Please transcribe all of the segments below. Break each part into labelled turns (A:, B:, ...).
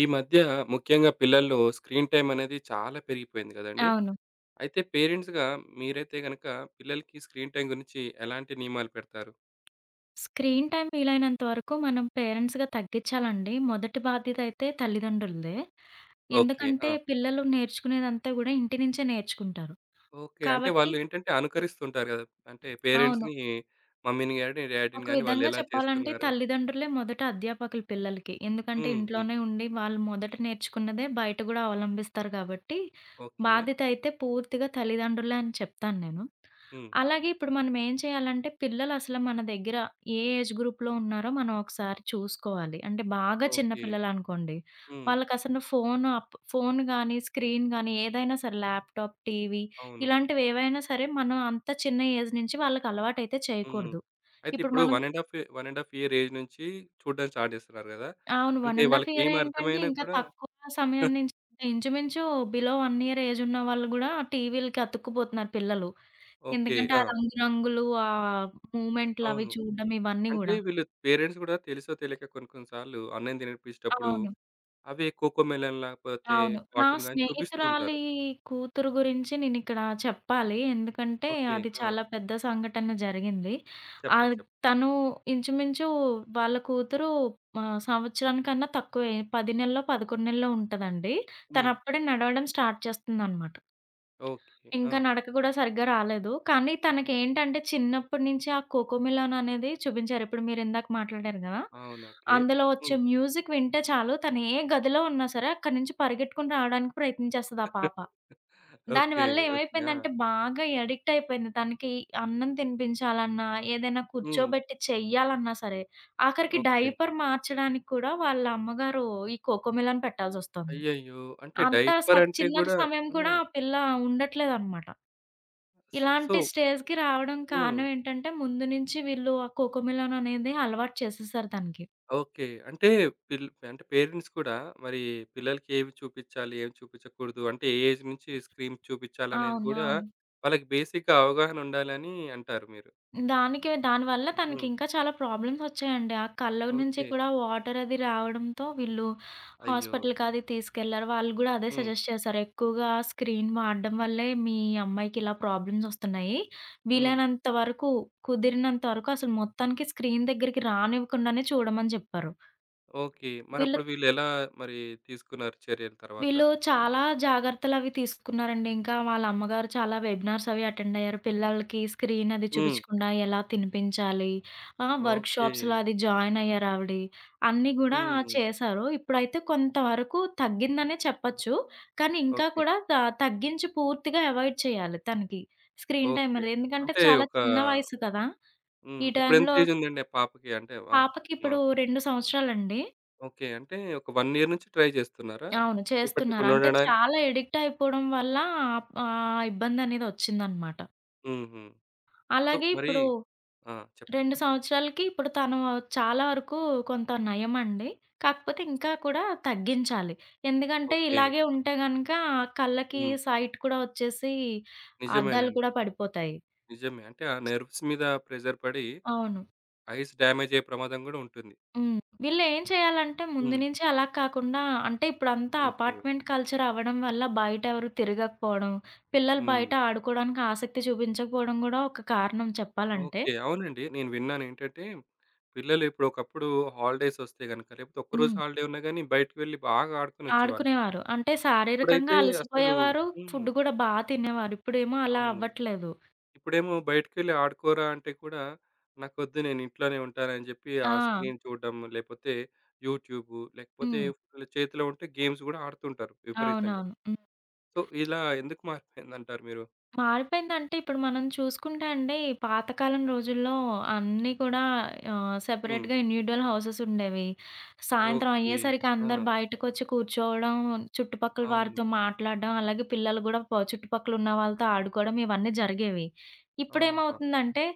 A: ఈ మధ్య ముఖ్యంగా పిల్లల్లో స్క్రీన్ టైం అనేది చాలా పెరిగిపోయింది కదండి.
B: అవును.
A: అయితే పేరెంట్స్‌గా మీరైతే గనక పిల్లలకి స్క్రీన్ టైం గురించి ఎలాంటి నియమాలు పెడతారు?
B: స్క్రీన్ టైమ్ వీలైనంత వరకు మనం పేరెంట్స్‌గా తగ్గించాలండి. మొదటి బాధ్యత అయితే తల్లిదండ్రులదే.
A: ఓకే.
B: ఎందుకంటే
A: ఆ!
B: పిల్లలు నేర్చుకునేదంతా గూడా ఇంటి నుంచే నేర్చుకుంటారు.
A: ఓకే. అంటే
B: కాబట్టి
A: వాళ్ళు ఏంటంటే అనుకరిస్తుంటారు కదా! అంటే
B: అవును.
A: పేరెంట్స్‌ని, మమ్మీని గాని, డ్యాడీని
B: ఒక
A: గాని వాళ్ళు
B: విధంగా
A: ఎలా
B: చెప్పాలంటే
A: చేస్తున్నారు?
B: తల్లిదండ్రులే మొదట అధ్యాపకులు పిల్లలకి. ఎందుకంటే
A: హ్మ్. హ్మ్.
B: ఇంట్లోనే ఉండి వాళ్ళు మొదట నేర్చుకున్నదే బయట గూడా అవలంబిస్తారు గాబట్టి,
A: ఓకే.
B: బాధ్యత అయితే పూర్తిగా తల్లిదండ్రులే అని చెప్తాను నేను.
A: హ్మ్.
B: అలాగే ఇప్పుడు మనం ఏం చేయాలంటే పిల్లలు అసలు మన దగ్గర ఏ ఏజ్ గ్రూప్‌లో ఉన్నారో మనం ఒకసారి చూసుకోవాలి. అంటే బాగా చిన్న
A: ఓకే.
B: పిల్లలనుకోండి,
A: హ్మ్.
B: వాళ్ళకసలు ఫోను గానీ, స్క్రీన్ గానీ ఏదైనా సరే ల్యాప్‌టాప్, టీవీ
A: అవును.
B: ఇలాంటివి ఏవైనా సరే మనం అంత చిన్న ఏజ్ నుంచి వాళ్ళకి అలవాటైతే
A: హ్మ్.
B: చేయకూడదు.
A: అయితే
B: ఇప్పుడు
A: ఇప్పుడు
B: మనం
A: 1 ½ ఇయర్ ఏజ్ నుంచి చూడడం స్టార్ట్ చేస్తున్నారు కదా!
B: అవును.
A: అంటే
B: 1 ½ ఇయరే
A: వాళ్ళకేమి
B: ఏంటంటే
A: అర్థమైనా
B: ఇంకా
A: కూడా.
B: తక్కువ సమయం నుంచి ఇంచుమించు బిలో 1 ఇయర్ ఏజ్ ఉన్న వాళ్ళు గూడా టీవీలకి అతుక్కుపోతున్నారు పిల్లలు.
A: ఓకే.
B: ఎందుకంటే
A: ఆ!
B: ఆ రంగురంగులు, ఆ మూవ్‌మెంట్‌లవి
A: అవును.
B: చూడడం ఇవన్నీ
A: అంటే
B: గూడా.
A: వీళ్ళు పేరెంట్స్ గూడా తెలుసో తెలియక కొన్ని, కొన్ని సార్లు అన్నం తినిపిచ్చేటప్పుడు
B: అవును.
A: అవే కోకోమెలన్, లేకపోతే
B: అవును. నా
A: కార్టూన్ గాని చూపిస్తూ
B: స్నేహితురాలి
A: ఉంటారు.
B: కూతురు గురించి నేనిక్కడ చెప్పాలి. ఎందుకంటే
A: ఓకే.
B: అది
A: ఆ!
B: చాలా పెద్ద సంఘటన జరిగింది.
A: చెప్పండి.
B: ఆహ్,
A: చెప్పండి.
B: తను ఇంచుమించు వాళ్ళ కూతురు సంవత్సరానికన్నా తక్కువే. 10 నెల్లో, 11 నెల్లో ఉంటదండి.
A: హ్మ్.
B: తనప్పుడే నడవడం స్టార్ట్ చేస్తుందనమాట.
A: ఓకే. ఆ!
B: ఇంకా నడక గూడా సరిగ్గా రాలేదు. కానీ తనకేంటంటే చిన్నప్పటి నుంచి ఆ 'కోకో మిలన్' అనేది చూపించారు. ఇప్పుడు మీరిందాక మాట్లాడారు గదా!
A: అవును. ఓకే.
B: అందులో వచ్చే
A: హ్మ్.
B: మ్యూజిక్ వింటే చాలు తను ఏ గదిలో ఉన్నా సరే అక్కడి నుంచి పరిగెట్టుకొని రావడానికి ప్రయత్నించేస్తది ఆ పాప.
A: ఓకే.
B: దానివల్ల
A: ఓకే. ఆ!
B: ఏమైపోయిందంటే బాగా ఎడిక్ట్ అయిపోయింది. తనకి అన్నం తినిపించాలన్నా, ఏదైనా
A: హ్మ్.
B: కూర్చోబెట్టి చెయ్యాలన్నా సరే, ఆఖరికి
A: ఓకే.
B: డైపర్ మార్చడానికి కూడా వాళ్ళ అమ్మగారు ఈ 'కోకో మిలన్' పెట్టాల్సొస్తుంది.
A: అయ్యయ్యో! అంటే
B: అంత స
A: డైపర్ అంటే
B: చిన్న
A: గూడా.
B: సమయం కూడా
A: హ్మ్.
B: ఆ పిల్ల ఉండట్లేదనమాట.
A: సో,
B: ఇలాంటి స్టేజ్‌కి రావడం
A: హ్మ్.
B: కారణం ఏంటంటే, ముందు నుంచి వీళ్ళు ఆ కోకోమిలన్ అనేది అలవాటు చేసేసారు తనకి.
A: ఓకే. అంటే అంటే పేరెంట్స్ కూడా, మరి పిల్లలకి ఏవి చూపిచ్చాలి, ఏవి చూపిచ్చకూడదు, అంటే ఏ ఏజ్ నుంచి స్క్రీన్ చూపిచ్చాలనేది
B: అవును.
A: గూడా
B: అవును.
A: వాళ్ళకి బేసిక్‌గా అవగాహన ఉండాలని అంటారు మీరు.
B: దానివల్ల
A: హ్మ్.
B: తనకింకా చాలా ప్రాబ్లమ్స్ వచ్చాయండి. ఆ కళ్ళ నుంచి
A: ఓకే.
B: కూడా వాటర్ అది రావడంతో వీళ్ళు
A: అయ్యో!
B: హాస్పిటల్‌కి అది తీసుకెళ్లారు. వాళ్ళు గూడా అదే
A: హ్మ్.
B: సజెస్ట్ చేశారు. ఎక్కువగా స్క్రీన్ వాడడం వల్లే మీ అమ్మాయికి ఇలా ప్రాబ్లమ్స్ వస్తున్నాయి.
A: హ్మ్.
B: వీలైనంత వరకు కుదిరినంత వరకు అసలు మొత్తానికి స్క్రీన్ దగ్గరికి రానివ్వకుండానే చూడమని జెప్పారు.
A: ఓకే.
B: వీళ్ళు
A: మరప్పుడు వీళ్ళెలా, మరి తీసుకున్నారు చర్యలు తర్వాత?
B: వీళ్ళు చాలా జాగ్రత్తలవి తీసుకున్నారండి. ఇంకా వాళ్ళ అమ్మగారు చాలా వెబినార్స్ అవి అటెండ్ అయ్యారు. పిల్లలకి స్క్రీన్ అది
A: హ్మ్.
B: చూపించకుండా ఎలా తినిపించాలి,
A: ఓకే.
B: వర్క్‌షాప్స్‌లో అది జాయిన్ అయ్యారావిడి. అన్నీ గూడా
A: హ్మ్.
B: చేశారు. ఇప్పుడైతే కొంతవరకు తగ్గిందనే చెప్పొచ్చు. కానీ ఇంకా
A: ఓకే.
B: కూడా తగ్గించి పూర్తిగా అవాయిడ్ చేయాలి తనకి. Screen time
A: okay.
B: అనేది. ఎందుకంటే
A: అంటే
B: చాలా
A: ఒక.
B: చిన్న వయసు కదా!
A: హ్మ్.
B: ఈ
A: ఇప్పుడెంత
B: టైంలో
A: ఏజుందండి ఆ పాపకి? అంటే ఆహ్, మా
B: పాపకిప్పుడు 2 సంవత్సరాలండి.
A: ఓకే. అంటే ఒక 1 ఇయర్ నుంచి ట్రై జేస్తున్నారా?
B: అవును. చేస్తున్నారు.
A: చూపెట్టకుండా
B: అంటే
A: ఉండడానికి?
B: చాలా ఎడిక్ట్ అయిపోవడం వల్ల ఆప్ ఆ ఇబ్బందనేది ఒచ్చిందనమాట.
A: హుహు. సో,
B: అలాగే
A: మరి
B: ఇప్పుడు
A: ఆ! చెప్పండి.
B: 2 సంవత్సరాలకి ఇప్పుడు తను చాలా వరకు కొంత నయమండి. కాకపోతే ఇంకా కూడా తగ్గించాలి. ఎందుకంటే
A: ఓకే.
B: ఇలాగే ఉంటే గనక కళ్ళకి
A: హ్మ్.
B: సైట్ కూడా ఒచ్చేసి అద్దాలు
A: నిజమేనండి.
B: కూడా పడిపోతాయి.
A: నిజమే. అంటే ఆ నెర్వ్స్ మీద ప్రెషర్ పడి
B: అవును.
A: ఐస్ డ్యామేజ్ అయ్యే ప్రమాదం గూడా ఉంటుంది.
B: హ్మ్. వీళ్ళేం చేయాలంటే ముందు
A: హ్మ్.
B: నుంచే అలా కాకుండా అంటే ఇప్పుడంతా
A: ఓకే.
B: అపార్ట్‌మెంట్ కల్చర్ అవ్వడం వల్ల బయటెవరు తిరగకపోవడం, పిల్లలు
A: హ్మ్.
B: బయట ఆడుకోవడానికి ఆసక్తి చూపించకపోవడం గూడా ఒక కారణం చెప్పాలంటే.
A: ఓకే. అవునండి. నేను విన్నాను ఏంటంటే, పిల్లలు ఇప్పుడు ఒకప్పుడు హాలిడేస్ వస్తే గనక, లేకపోతే ఒక్కరోజు
B: హ్మ్.
A: హాలిడే ఉన్నా గానీ బయటికి వెళ్లి బాగా ఆడుకొనొచ్చేవాళ్ళు.
B: ఆడుకునేవారు. అంటే శారీరకంగా
A: ఇప్పుడైతే అసలు.
B: అలసిపోయేవారు,
A: హ్మ్.
B: ఫుడ్ గూడా బా తినేవారు. ఇప్పుడేమో అలా
A: అవును.
B: అవ్వట్లేదు.
A: ఇప్పుడేమో బయటికెళ్ళి ఆడుకోరా అంటే కూడా, నాకొద్దు, నేను ఇంట్లోనే ఉంటానని జెప్పి, ఆ
B: ఆ!
A: స్క్రీన్ చూడడం, లేపోతే యూట్యూబు, లేకపోతే
B: హ్మ్.
A: ఫుల్ చేతిలో ఉంటే గేమ్స్ గూడా ఆడుతుంటారు విపరీతంగా.
B: అవునవును. హ్మ్.
A: సో, ఇలా ఎందుకు మారిపోయిందంటారు మీరు?
B: మారిపోయిందంటే ఇప్పుడు మనం చూసుకుంటే అండి, పాతకాలం రోజుల్లో అన్నీ కూడా
A: హ్మ్.
B: సెపరేట్‌గా ఇండివిడ్యువల్ హౌసెస్ ఉండేవి. సాయంత్రం
A: ఓకే.
B: అయ్యేసరికి
A: ఆ!
B: అందరూ బయటకొచ్చి కూర్చోవడం, చుట్టుపక్కల
A: అవును.
B: వారితో మాట్లాడడం, అలాగే పిల్లలు గూడా చుట్టుపక్కల ఉన్న వాళ్ళతో ఆడుకోవడం ఇవన్నీ జరిగేవి.
A: ఆహా!
B: ఇప్పుడేమవుతుందంటే,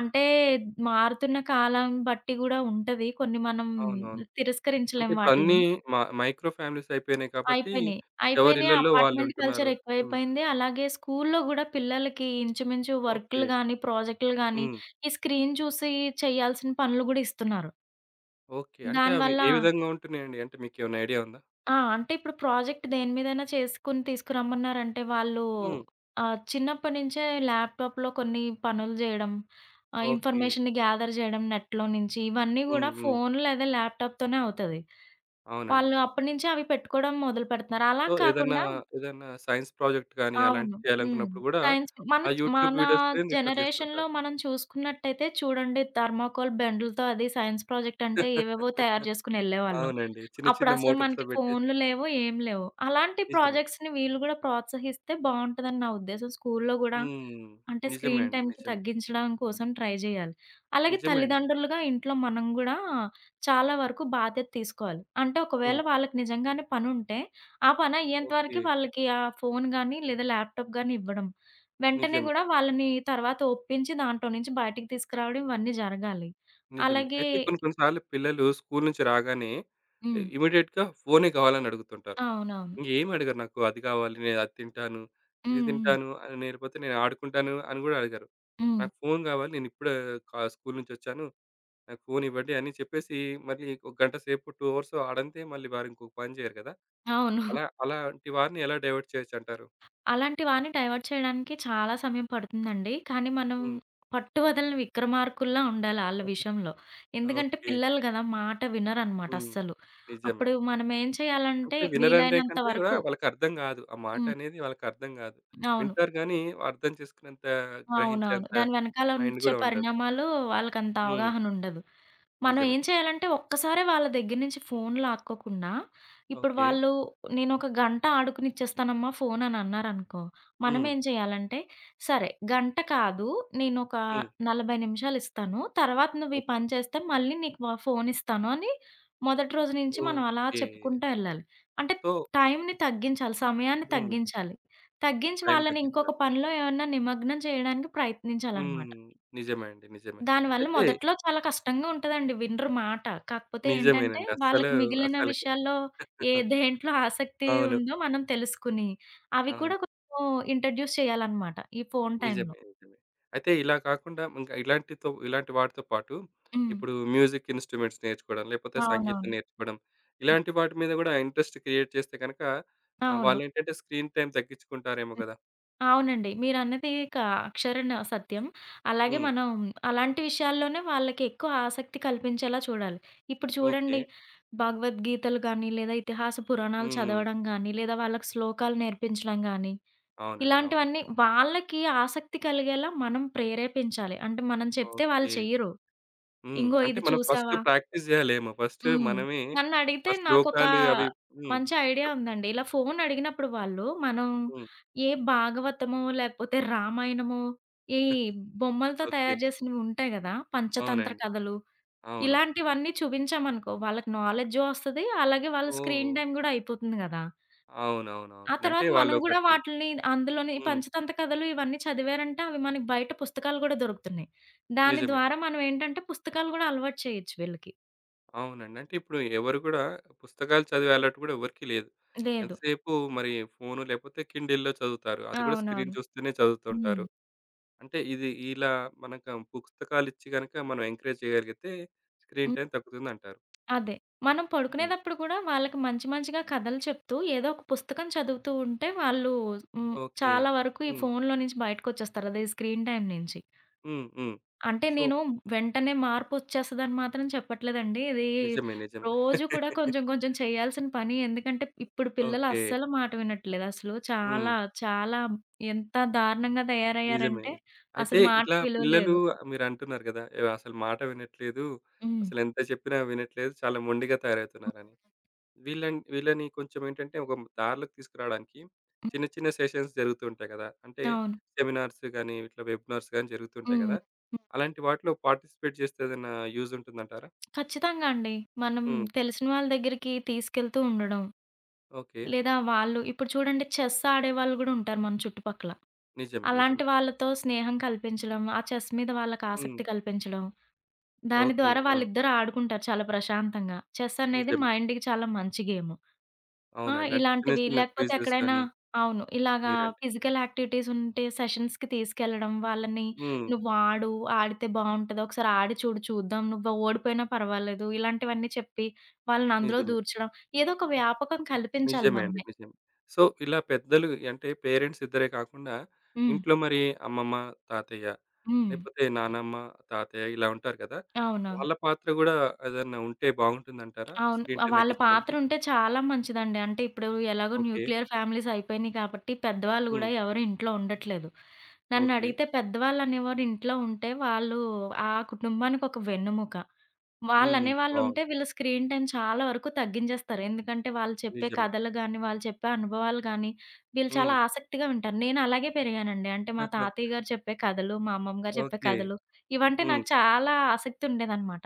B: అంటే మారుతున్న కాలం బట్టి గూడా ఉంటది. కొన్ని మనం
A: అవునవును. అంటే
B: తిరస్కరించలేం
A: ఇప్పుడన్నీ
B: వాటిలిని.
A: మ మైక్రో ఫ్యామిలీస్ అయిపోయినాయి కాబట్టి,
B: అయిపోయినియి. అయిపోయినియి.
A: ఎవరిళ్ళల్లో
B: అపార్ట్‌మెంట్ కల్చర్
A: వాళ్ళుంటున్నారు. హ్మ్.
B: ఎక్కువైపోయింది. అలాగే స్కూల్లో గూడా పిల్లలకి ఇంచుమించు
A: ఓకే.
B: వర్కులు గాని, ప్రాజెక్టులు గాని,
A: హ్మ్.
B: ఈ స్క్రీన్ చూసి చేయాల్సిన పనులు గూడా ఇస్తున్నారు.
A: ఓకే. అంటే అవి
B: దానివల్ల
A: ఏ విధంగా ఉంటున్నాయండి? అంటే మీకేమైనా ఐడియా ఉందా?
B: ఆ! అంటే ఇప్పుడు ప్రాజెక్ట్ దేని మీదైనా చేసుకొని తీసుకురమ్మన్నారంటే వాళ్ళు
A: హ్మ్.
B: చిన్నప్పటి నుంచే ల్యాప్‌టాప్‌లో కొన్ని పనులు జేయడం,
A: ఓకే.
B: ఇన్ఫర్మేషన్‌ని గ్యాదర్ జేయడం నెట్‌లో నుంచి ఇవన్నీ
A: హ్మ్.
B: గూడా
A: హ్మ్.
B: ఫోన్ లేదా ల్యాప్‌టాప్‌తోనే అవుతది.
A: అవునండి.
B: వాళ్ళు అప్పటి నుంచే అవి పెట్టుకోవడం మొదలుపెడుతున్నారు. అలా
A: సో, ఏదన్నా,
B: కాకుండా
A: ఏదన్నా సైన్స్ ప్రాజెక్ట్ గాని
B: అవును.
A: అలాంటివి
B: హ్మ్.
A: చేయాలనుకున్నప్పుడు గూడా,
B: సైన్స్ మన
A: ఆ
B: చ్
A: యూట్యూబ్
B: మన
A: వీడియోస్‌నే రిఫర్
B: జనరేషన్‌లో
A: చేస్తుంటారు.
B: మనం చూసుకున్నట్టయితే చూడండి థర్మాకోల్ బెండులతో అది సైన్స్ ప్రాజెక్ట్ అంటే ఏవేవో తయారు చేసుకొని ఎళ్ళేవాళ్ళం.
A: అవునండి. చిన్న, చిన్న
B: అప్పుడసలు
A: మోటార్స్‌లో
B: మనకి
A: పెట్టి.
B: ఫోన్‌లు లేవు, ఏం లేవు. అలాంటి
A: నిజమే.
B: ప్రాజెక్ట్స్‌ని వీళ్ళు గూడా ప్రోత్సహిస్తే బావుంటదని నా ఉద్దేశం. స్కూల్లో గూడా
A: హ్మ్.
B: అంటే
A: నిజమే
B: స్క్రీన్
A: అండి.
B: టైమ్‌కి
A: నిజమే.
B: తగ్గించడం కోసం ట్రై జేయాలి. అలాగే
A: నిజమే అండి.
B: తల్లిదండ్రులుగా ఇంట్లో మనం గూడా చాలా వరకు బాధ్యత తీసుకోవాలి. అంటే ఒకవేళ
A: హ్మ్.
B: వాళ్ళకి నిజంగానే పనుంటే, ఆ పని అయ్యేంత
A: ఓకే.
B: వరకు వాళ్ళకి ఆ ఫోను గానీ, లేదా ల్యాప్‌టాప్ గానీ ఇవ్వడం. వెంటనే
A: నిజమే.
B: గూడా వాళ్ళని తర్వాత ఒప్పించి దాంట్లో నుంచి బయటికి తీసుకురావడం ఇవన్నీ జరగాలి.
A: నిజమే.
B: అలాగే
A: అయితే కొన్ని, కొన్ని సార్లు పిల్లలు స్కూల్ నుంచి రాగానే
B: హ్మ్.
A: ఇమ్మీడియేట్‌గా ఫోనే కావాలని అడుగుతుంటారు.
B: అవునవును.
A: ఇంగేమి అడగరు. నాకు అది కావాలి, నేను అది తింటాను, ఇది
B: హ్మ్. హ్మ్.
A: తింటాను అని. లేకపోతే నేను ఆడుకుంటాను అని గూడా అడగరు.
B: హ్మ్.
A: నాకు ఫోను గావాలి, నేనిప్పుడే కా స్కూల్ నుంచొచ్చాను, నాకు ఫోన్ ఇవ్వండి అని చెప్పేసి, మళ్ళీ ఒక గంట సేపు, 2 అవర్స్ ఆడంతే మళ్ళీ వారు ఇంకొక పని చేయరు కదా!
B: అవును.
A: అలా, అలాంటి వారిని ఎలా డైవర్ట్ చేయొచ్చంటారు?
B: అలాంటి వాడిని డైవర్ట్ చేయడానికి చాలా సమయం పడుతుందండి. కానీ మనం
A: హ్మ్.
B: పట్టు వదలని 'విక్రమార్కుల్లా' ఉండాలి ఆళ్ళ విషయంలో. ఎందుకంటే
A: ఓకే.
B: పిల్లలు గదా! మాట వినరనమాట
A: హ్మ్.
B: అస్సలు.
A: నిజమే.
B: అప్పుడు మనం ఏం చేయాలంటే
A: అంటే వినరనే
B: వీలైనంత
A: కంటే గూడా
B: వరకు
A: వాళ్ళకర్థం గాదు. ఆ
B: హ్మ్.
A: మాటనేది వాళ్ళకర్థం గాదు.
B: అవును.
A: వింటారు గానీ అర్థం చేసుకునేంత,
B: అవునవును.
A: గ్రహించేంత
B: దాని వెనకాల
A: మైండ్
B: వచ్చే
A: గూడా ఉండదు.
B: పరిణామాలు వాళ్ళకంత
A: హ్మ్.
B: అవగాహన ఉండదు. మనం
A: నిజమే.
B: ఏం చేయాలంటే ఒక్కసారే వాళ్ళ దగ్గర నుంచి ఫోన్ లాక్కోకుండా, ఇప్పుడు
A: ఓకే.
B: వాళ్ళు నేనొక గంట ఆడుకునిచ్చేస్తానమ్మా ఫోన్ అని అన్నారనుకో,
A: హ్మ్.
B: మనమేం చేయాలంటే, సరే గంట కాదు నేనొక
A: హ్మ్.
B: 40 నిమిషాలిస్తాను. తర్వాత నువ్వు ఈ
A: ఓకే.
B: పని చేస్తే మళ్ళీ నీకు ఫోన్ ఇస్తాను అని మొదటి రోజు నుంచి మనం అలా
A: ఓకే.
B: చెప్పుకుంటా ఎళ్ళాలి. అంటే
A: సో,
B: టైంని తగ్గించాలి, సమయాన్ని
A: హ్మ్.
B: తగ్గించాలి. తగ్గించి
A: టైం
B: వాళ్ళని ఇంకొక
A: తగ్గించాలి.
B: పనిలో ఏమన్నా నిమగ్నం చేయడానికి ప్రయత్నించాలనమాట.
A: హ్మ్. నిజమే అండి. నిజమే.
B: దానివల్ల
A: అయితే
B: మొదట్లో చాలా కష్టంగా ఉంటదండి. వినరు మాట. కాకపోతే ఏంటంటే,
A: నిజమేనండి. అస్సలు,
B: వాళ్ళకి మిగిలిన
A: అసలకి.
B: విషయాల్లో ఏ దేంట్లో ఆసక్తి
A: అవును.
B: ఉందో మనం తెలుసుకుని, అవి కూడా
A: అవును.
B: కొంచెం ఇంట్రడ్యూస్ చేయాలన్నమాట. ఈ ఫోను టైంలో.
A: నిజమే. నిజమే. అయితే ఇలా కాకుండా, ఇంకా ఇలాంటి వాటితో పాటు
B: హ్మ్.
A: ఇప్పుడు మ్యూజిక్ ఇన్‌స్ట్రుమెంట్స్ నేర్చుకోవడం, లేపోతే సంగీతం
B: అవునవును.
A: నేర్చుకోవడం, ఇలాంటి వాటి మీద గూడా ఇంట్రెస్ట్ క్రియేట్ చేస్తే గనక, ఆహ్,
B: అవును.
A: వాళ్ళేంటంటే స్క్రీన్ టైమ్ తగ్గించుకుంటారేమో
B: హ్మ్.
A: గదా!
B: అవునండి. మీరన్నది అక్షరాన సత్యం. అలాగే
A: హ్మ్.
B: మనం అలాంటి విషయాల్లోనే వాళ్ళకి ఎక్కువ ఆసక్తి కల్పించేలా చూడాలి. ఇప్పుడు
A: ఓకే.
B: చూడండి, భగవద్గీతలు గాని, లేదా ఇతిహాస పురాణాలు
A: హ్మ్.
B: చదవడం గాని, లేదా వాళ్ళకి శ్లోకాలు నేర్పించడం గాని
A: అవునండి. అవును.
B: ఇలాంటివన్నీ వాళ్ళకి ఆసక్తి కలిగేలా మనం ప్రేరేపించాలి. అంటే మనం చెప్తే వాళ్ళు
A: ఓకే.
B: చెయ్యరు.
A: హ్మ్.
B: "ఇంగో
A: అంటే
B: ఇది
A: మనం ఫస్ట్
B: చూసావా."
A: ప్రాక్టీస్ జేయాలేమో. ఫస్ట్
B: హ్మ్.
A: మనమే ఆ
B: నన్నడిగితే నాకొక
A: శ్లోకాలు అవి. హ్మ్.
B: మంచి ఐడియా
A: చెప్పండి.
B: ఉందండి. ఇలా ఫోన్ అడిగినప్పుడు వాళ్ళు మనం
A: హ్మ్.
B: ఏ భాగవతమో, లేకపోతే రామాయణమో, ఈ బొమ్మలతో
A: ఓకే.
B: తయారు చేసినవి ఉంటాయి గదా! పంచతంత్ర
A: అవునండి.
B: కథలు.
A: అవును.
B: ఇలాంటివన్నీ చూపించామనుకో వాళ్ళకి నాలెడ్జు వస్తది. అలాగే వాళ్ళ
A: ఓహ్!
B: స్క్రీన్ టైమ్ గూడా అయిపోతుంది గదా! ఆ
A: అవునవునవును. అంటే
B: తర్వాత మనం గూడా
A: వాళ్ళొకటి.
B: వాటిల్ని అందులోని
A: హ్మ్.
B: పంచతంత కథలు ఇవన్నీ చదివారంటే అవి మనకి బయట పుస్తకాలు గూడా దొరుకుతున్నాయి. దాని
A: నిజమే.
B: ద్వారా మనం ఏంటంటే పుస్తకాలు గూడా అలవాటు చేయొచ్చు వీళ్ళకి.
A: అవునండి. అంటే ఇప్పుడు ఎవరు కూడా పుస్తకాలు చదివే అలవాటు కూడా ఎవరికీ లేదు.
B: లేదు.
A: ఎంతసేపు మరి ఫోను? లేకపోతే కిండిల్‌లో చదువుతారు. అది కూడా స్క్రీన్
B: అవునవును.
A: చూస్తూనే
B: హ్మ్.
A: చదువుతుంటారు. అంటే ఇది ఇలా మనకు పుస్తకాలిచ్చి గనుక మనం ఎంకరేజ్ చేయగలిగితే స్క్రీన్
B: హ్మ్.
A: టైమ్ తగ్గుతుందంటారు.
B: అదే. మనం
A: హ్మ్.
B: పడుకునేదప్పుడు కూడా వాళ్ళకి మంచి మంచిగా కథలు చెప్తూ ఏదో ఒక పుస్తకం చదువుతూ ఉంటే వాళ్ళు హ్మ్.
A: ఓకే.
B: చాలా వరకు ఈ
A: హ్మ్.
B: ఫోనులో నుంచి బయటకొచ్చేస్తారు. అదే స్క్రీన్ టైమ్ నుంచి.
A: హ్మ్. హ్మ్.
B: అంటే
A: సో,
B: నేను వెంటనే మార్పొచ్చేస్తదని మాత్రం చెప్పట్లేదండి. ఇది
A: నిజమే. నిజమే.
B: రోజు కూడా కొంచెం కొంచెం చేయాల్సిన పని. ఎందుకంటే ఇప్పుడు పిల్లలు
A: ఓకే.
B: అస్సలు మాట వినట్లేదు. అసలు
A: హ్మ్.
B: చాలా చాలా ఎంత దారుణంగా
A: నిజమే.
B: తయారయ్యారంటే
A: అయితే
B: అసలు
A: ఇట్లా
B: మాటకు విలువ
A: పిల్లలు,
B: లేదు.
A: మీరంటున్నారు గదా! అసలు మాట వినట్లేదు.
B: హ్మ్.
A: అసలెంత చెప్పినా వినట్లేదు. చాలా మొండిగా తయారవుతున్నారని. వీళ్ళని వీళ్ళని కొంచెం ఏంటంటే ఒక దారిలోకి తీసుకురావడానికి
B: హ్మ్.
A: చిన్న చిన్న సెషన్స్ జరుగుతూ ఉంటాయి గదా! అంటే
B: అవును.
A: సెమినార్స్ గాని, ఇట్లా వెబినార్స్ గాని జరుగుతూ ఉంటాయి
B: హ్మ్.
A: గదా!
B: హ్మ్.
A: అలాంటి వాటిలో పార్టిసిపేట్ చేస్తే ఏదైనా యూజ్ ఉంటుందంటారా?
B: ఖచ్చితంగా అండి. మనం
A: హ్మ్.
B: తెలిసిన వాళ్ళ దగ్గరికి తీసుకెళ్తూ ఉండడం.
A: ఓకే.
B: లేదా వాళ్ళు ఇప్పుడు చూడండి చెస్ ఆడేవాళ్ళు గూడా ఉంటారు మన చుట్టుపక్కల.
A: నిజమే.
B: అలాంటి
A: నిజమే.
B: వాళ్ళతో స్నేహం కల్పించడం, ఆ చెస్ మీద వాళ్ళకి
A: హ్మ్.
B: ఆసక్తి కల్పించడం. దాని
A: ఓకే.
B: ద్వారా
A: ఆ!
B: వాళ్ళిద్దరూ ఆడుకుంటారు చాలా ప్రశాంతంగా. చెస్ అనేది
A: నిజమే.
B: మైండ్‌కి చాలా మంచి గేము. ఆ!
A: అవునండి. అంటే చిన్న
B: ఇలాంటివి
A: చిన్న
B: లేకపోతే
A: క్విజెస్
B: ఎక్కడైనా
A: గాని,
B: అవును. ఇలాగా
A: మీరంటే.
B: ఫిజికల్ యాక్టివిటీస్ ఉంటే సెషన్స్‌కి తీసుకెళ్లడం. వాళ్ళని
A: హ్మ్.
B: "నువ్వు ఆడు, ఆడితే బావుంటది. ఒకసారి ఆడి చూడు చూద్దాం. నువ్వు ఓడిపోయినా పర్వాలేదు." ఇలాంటివన్నీ చెప్పి వాళ్ళని అందులో
A: నిజమే.
B: దూర్చడం. ఏదో ఒక వ్యాపకం కల్పించాలి
A: నిజమే అండి.
B: మనమే.
A: నిజమే. సో, ఇలా పెద్దలు అంటే పేరెంట్స్ ఇద్దరే కాకుండా,
B: హ్మ్.
A: ఇంట్లో మరి అమ్మమ్మ, తాతయ్య,
B: హ్మ్.
A: లేకపోతే నానమ్మ, తాతయ్య ఇలా ఉంటారు కదా!
B: అవును.
A: వాళ్ళ పాత్ర గూడా ఏదన్నా ఉంటే బాగుంటుందంటారా?
B: అవును.
A: స్క్రీన్ టైమ్
B: వాళ్ళ పాత్ర
A: తగ్గించడానికి?
B: ఉంటే చాలా మంచిదండి. అంటే ఇప్పుడు ఎలాగో
A: ఓకే.
B: న్యూక్లియర్ ఫ్యామిలీస్ అయిపోయినాయి కాబట్టి పెద్దవాళ్ళు
A: హ్మ్.
B: గూడా ఎవరు ఇంట్లో ఉండట్లేదు.
A: ఓకే.
B: నన్నడిగితే పెద్దవాళ్ళు అనేవారు ఇంట్లో ఉంటే వాళ్ళు ఆ కుటుంబానికి ఒక వెన్నెముక.
A: హ్మ్.
B: వాళ్ళనేవాళ్ళు ఉంటే
A: బావుంది.
B: వీళ్ళు స్క్రీన్ టైమ్ చాలా వరకు తగ్గించేస్తారు. ఎందుకంటే వాళ్ళు చెప్పే
A: నిజమే.
B: కథలు గాని, వాళ్ళు చెప్పే అనుభవాలు గాని, వీళ్ళు చాలా
A: హ్మ్.
B: ఆసక్తిగా వింటారు. నేను అలాగే పెరిగానండి. అంటే మా తాతయ్య గారు చెప్పే కథలు, మా అమ్మమ్మ గారు చెప్పే
A: ఓకే.
B: కథలు ఇవంటే
A: హ్మ్.
B: నాకు చాలా ఆసక్తి ఉండేదనమాట.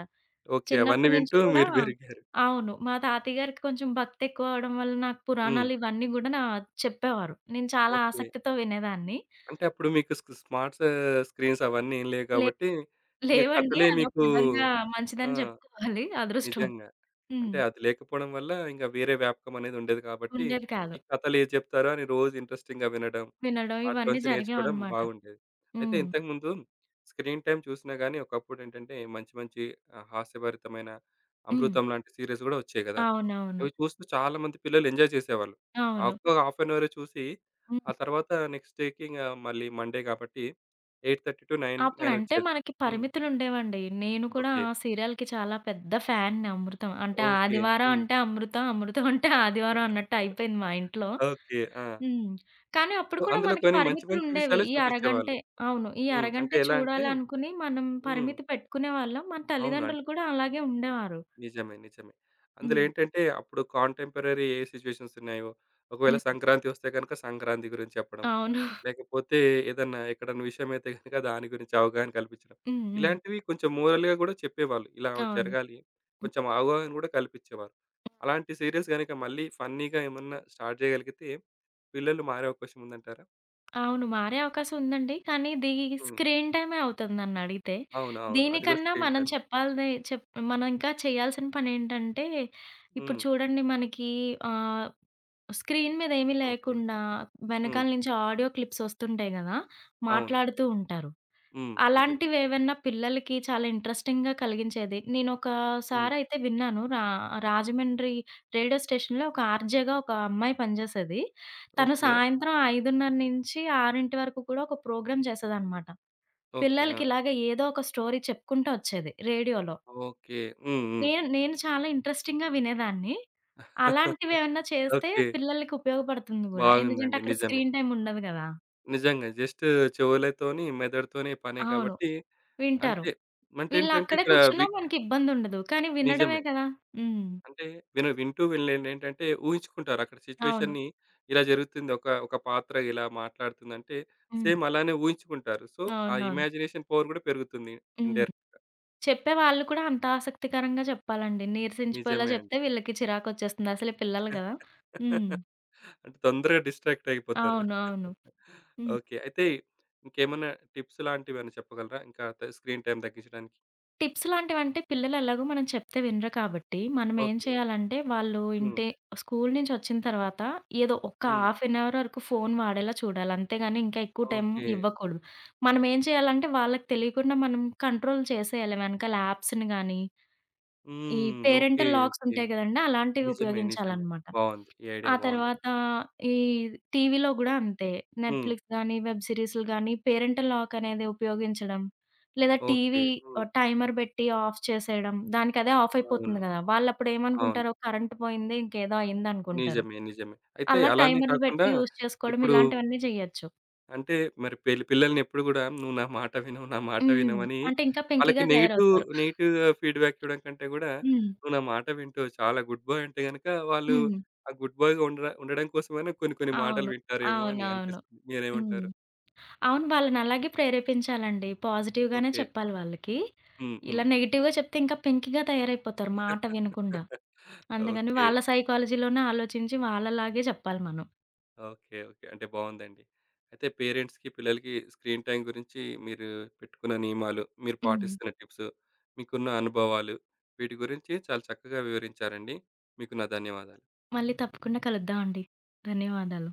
A: ఓకే. అవన్నీ
B: చిన్నప్పటి నుంచి
A: వింటూ
B: కూడా
A: మీరు పెరిగారు.
B: అవును. మా తాతయ్య గారికి కొంచెం భక్తెక్కువ అవ్వడం వల్ల నాకు
A: హ్మ్.
B: పురాణాలు ఇవన్నీ గూడా నా చెప్పేవారు. నేను చాలా
A: ఓకే.
B: ఆసక్తితో వినేదాన్ని.
A: అంటే అప్పుడు మీకు స్మార్ట్స్, స్క్రీన్స్ అవన్నీ ఏం లేవు
B: లే
A: కాబట్టి, ఇంక
B: లేవండి.
A: కథలే
B: అదొక
A: మీకు.
B: విధంగా
A: ఆ!
B: మంచిదని చెప్పుకోవాలి. అదృష్టం.
A: నిజంగా.
B: హ్మ్.
A: అంటే అది లేకపోవడం వల్ల ఇంక వేరే వ్యాపకం అనేది ఉండేది కాబట్టి,
B: ఉండేది కాదు.
A: ఈ కథలు ఏది చెప్తారో అని రోజు ఇంట్రెస్టింగ్‌గా వినడం,
B: వినడం ఇవన్నీ
A: వాటిలోంచి నేర్చుకోవడం
B: జరిగేవన్నమాట.
A: బాగుండేది. అయితే
B: హ్మ్.
A: ఇంతకుముందు స్క్రీన్ టైమ్ చూసినా గాని, ఒకప్పుడేంటంటే మంచి మంచి, ఆహ్, హాస్యభరితమైన
B: హ్మ్.
A: 'అమృతం' లాంటి సీరీస్ గూడా వచ్చాయి గదా!
B: అవునవును.
A: అవి చూస్తూ చాలామంది పిల్లలు ఎంజాయ్ చేసేవాళ్ళు. ఆ
B: అవును.
A: ఒక్క హాఫ్ అన్ అవరే చూసి
B: హ్మ్.
A: ఆ తర్వాత నెక్స్ట్ డేకి ఇంగ, మళ్ళీ మండే కాబట్టి, 8:30-9, 9
B: అప్పుడంటే
A: వచ్చేది.
B: మనకి
A: హ్మ్.
B: పరిమితులుండేవండి. నేను కూడా
A: ఓకే.
B: ఆ సీరియల్‌కి చాలా పెద్ద ఫ్యాన్‌ని 'అమృతం.' అంటే
A: ఓకే.
B: ఆదివారం
A: హ్మ్.
B: అంటే అమృతం, అమృతం అంటే ఆదివారం అన్నట్టు అయిపోయింది మా ఇంట్లో.
A: ఓకే. ఆ!
B: హ్మ్. కానీ అప్పుడు
A: సో,
B: కూడా
A: అందులో
B: మనకి
A: కొన్ని మంచి మంచి
B: పరిమితులుండేవి.
A: విషయాలే
B: ఈ అరగంటే
A: చూపించేవాళ్ళు.
B: అవును. ఈ
A: హ్మ్. అంటే
B: అరగంటే
A: ఎలా అంటే.
B: చూడాలనుకుని మనం
A: హ్మ్.
B: పరిమితి పెట్టుకునేవాళ్ళం. మన
A: అవును.
B: తల్లిదండ్రులు కూడా అలాగే ఉండేవారు.
A: నిజమే. నిజమే. అందులో
B: హ్మ్.
A: ఏంటంటే అప్పుడు కాంటెంపరరీ ఏ సిట్యుయేషన్స్ ఉన్నాయో, ఒకవేళ
B: హ్మ్.
A: సంక్రాంతి వస్తే గనుక సంక్రాంతి గురించి చెప్పడం,
B: అవును.
A: లేకపోతే ఏదన్నా ఎక్కడన్నా విషయమైతే గనుక దాని గురించి అవగాహన కల్పించడం.
B: హ్మ్. హ్మ్.
A: ఇలాంటివి కొంచెం మోరల్‌గా గూడా చెప్పేవాళ్ళు. ఇలా
B: అవును.
A: జరగాలి. కొంచెం అవగాహన గూడా కల్పించేవారు. అలాంటి సీరియల్స్ గనుక మళ్ళీ ఫన్నీగా ఏమన్నా స్టార్ట్ చేయగలిగితే పిల్లలు మారే అవకాశం ఉందంటారా?
B: అవును. మారే అవకాశం ఉందండి. కానీ ఇది
A: హ్మ్.
B: స్క్రీన్ టైమే అవుతుంది నన్నడిగితే.
A: అవును. అవును. అది గూడా
B: దీనికన్నా
A: స్క్రీన్
B: మనం
A: టైమే.
B: చెప్పాల్ది చెప్ మనం ఇంకా చేయాల్సిన పనేంటంటే, ఇప్పుడు
A: హ్మ్.
B: చూడండి మనకి ఆహ్, స్క్రీన్ మీద ఏమీ
A: ఓకే.
B: లేకుండా
A: హ్మ్.
B: వెనకాల నుంచి ఆడియో క్లిప్స్ ఒస్తుంటాయి గదా!
A: అవును.
B: మాట్లాడుతూ ఉంటారు.
A: హ్మ్. నిజమే.
B: అలాంటివేవన్నా పిల్లలకి చాలా ఇంట్రెస్టింగ్‌గా కలిగించేది.
A: హ్మ్.
B: నేనొకసారయితే విన్నాను. రాజమండ్రి రేడియో స్టేషన్‌లో ఒక ఆర్‌జేగా ఒక అమ్మాయి పనిజేసేది. తను
A: ఓకే.
B: సాయంత్రం 5:30-6 వరకు కూడా ఒక ప్రోగ్రామ్ చేసేదనమాట.
A: ఓకే. ఆ!
B: పిల్లలకి ఇలాగ ఏదో ఒక స్టోరీ చెప్పుకుంటూ వచ్చేది రేడియోలో.
A: ఓకే. హ్మ్. హ్మ్.
B: నేను నేను చాలా ఇంట్రెస్టింగ్‌గా వినేదాన్ని. అలాంటివేవన్నా చేస్తే
A: ఓకే.
B: పిల్లలకి ఉపయోగపడుతుంది గూడా. ఎందుకంటే
A: బాగుందండి.
B: అక్కడ
A: నిజమే.
B: స్క్రీన్ టైమ్ ఉండదు గదా!
A: నిజంగా జస్ట్ చెవులతోని, మెదడుతోనే పనే
B: అవును.
A: కాబట్టి
B: వింటారు.
A: అంతే. అంటే ఏంటంటే
B: వీళ్ళక్కడే
A: ఇక్కడ.
B: కూర్చున్నా
A: వి
B: మనకిబ్బందుండదు. కానీ వినడమే
A: నిజమే.
B: కదా! హ్మ్.
A: అంటే వింటూ వీళ్ళేంటంటే ఊహించుకుంటారు. అక్కడ
B: అవును.
A: సిట్యుయేషన్‌ని ఇలా జరుగుతుంది. ఒక ఒక పాత్ర ఇలా మాట్లాడుతుందంటే
B: హ్మ్.
A: సేమ్ అలానే ఊహించుకుంటారు. సో, ఆ
B: అవునవును.
A: ఇమాజినేషన్ పవర్ కూడా పెరుగుతుంది.
B: హ్మ్.
A: ఇండైరెక్ట్.
B: చెప్పేవాళ్ళు కూడా అంత ఆసక్తికరంగా చెప్పాలండి. నీరసించిపోయేలా
A: నిజమే అండి.
B: చెప్తే వీళ్ళకి చిరాకొచ్చేస్తుంది. అసలే పిల్లలు గదా! హ్మ్.
A: అంటే తొందరగా డిస్ట్రాక్ట్ అయిపోతారు.
B: అవును. అవును. హ్మ్.
A: ఓకే. అయితే ఇంకేమన్నా టిప్స్ లాంటివేమైనా చెప్పగలరా? ఇంకా స్క్రీన్ టైమ్ తగ్గించడానికి?
B: టిప్స్ లాంటివంటే పిల్లలు ఎలాగో మనం చెప్తే వినరు కాబట్టి, మనం ఏం
A: ఓకే.
B: చేయాలంటే వాళ్ళు
A: హ్మ్.
B: ఇంటి స్కూలు నుంచి వచ్చిన తర్వాత ఏదో ఒక
A: హ్మ్.
B: హాఫ్ అన్ అవర్ వరకు ఫోను వాడేలా చూడాలి. అంతేగాని ఇంకా ఎక్కువ టైం
A: ఓకే.
B: ఇవ్వకూడదు. మనం ఏం చేయాలంటే వాళ్ళకి తెలియకుండా మనం కంట్రోల్ చేసేయాలి. వెనకాల యాప్స్‌ని గాని, ఈ
A: హ్మ్. ఓకే.
B: Parental locks
A: okay.
B: ఉంటాయి కదండీ! అలాంటివి
A: నిజమే. నిజమే.
B: ఉపయోగించాలన్నమాట.
A: బావుంది. ఈ ఐడియా
B: ఆ
A: బావుందండి.
B: తర్వాత ఈ టీవీలో గూడా అంతే.
A: హ్మ్.
B: నెట్‌ఫ్లిక్స్ గానీ, వెబ్ సీరీస్‌లు గానీ, పేరెంటల్ లాక్ అనేది ఉపయోగించడం. లేదా
A: ఓకే.
B: టీవీ
A: హ్మ్.
B: టైమర్ బెట్టి ఆఫ్ చేసేయడం. దానికదే ఆఫ్
A: అవును.
B: అయిపోతుంది గదా!
A: అవును.
B: వాళ్ళప్పుడేమనుకుంటారు కరెంట్ పోయింది, ఇంకేదో అయిందనుకుంటారు.
A: నిజమే. నిజమే. అయితే
B: అలా
A: అలానే
B: టైమర్‌లు
A: కాకుండా
B: బెట్టి యూజ్ చేసుకోవడం
A: ఇప్పుడు
B: ఇలాంటివన్నీ జెయ్యొచ్చు.
A: అంటే మరి పిల్లల్ని ఎప్పుడు గూడా "నువ్వు నా మాట వినవు, నా మాట
B: హ్మ్.
A: వినవు" అని,
B: అంటే ఇంకా
A: వాళ్ళకి
B: పెంకిగా
A: నెగెటివ్
B: తయారవుతారు.
A: నెగెటివ్ ఫీడ్‌బ్యాక్ ఇవ్వడం కంటే గూడా,
B: హ్మ్.
A: "నువ్వు నా మాట వింటావు, చాలా గుడ్ బాయ్" అంటే గనక వాళ్ళు
B: హ్మ్.
A: ఆ గుడ్ బాయ్‌గా ఉండడం కోసమైనా కొన్ని, కొన్ని మాటలు
B: అవును.
A: వింటారేమో అని
B: అవునవును.
A: అనిపిస్తుంది.
B: హ్మ్.
A: మీరేమంటారు?
B: అవును. వాళ్ళనలాగే ప్రేరేపించాలండి. పాజిటివ్‌గానే
A: ఓకే.
B: చెప్పాలి వాళ్ళకి.
A: హ్మ్. హ్మ్.
B: ఇలా నెగెటివ్‌గా చెప్తే ఇంకా పెంకిగా తయారైపోతారు మాట వినకుండా. అందుకని
A: ఓకే.
B: వాళ్ళ సైకాలజీలోనే ఆలోచించి వాళ్ళలాగే చెప్పాలి మనం.
A: ఓకే. ఓకే. అంటే బావుందండి. అయితే పేరెంట్స్‌కి, పిల్లలకి స్క్రీన్ టైమ్ గురించి మీరు పెట్టుకున్న నియమాలు, మీరు
B: హ్మ్.
A: పాటిస్తున్న టిప్స్, మీకున్న అనుభవాలు వీటి గురించి చాలా చక్కగా వివరించారండి. మీకు నా ధన్యవాదాలు.
B: మళ్ళీ తప్పకుండా కలుద్దామండి. ధన్యవాదాలు.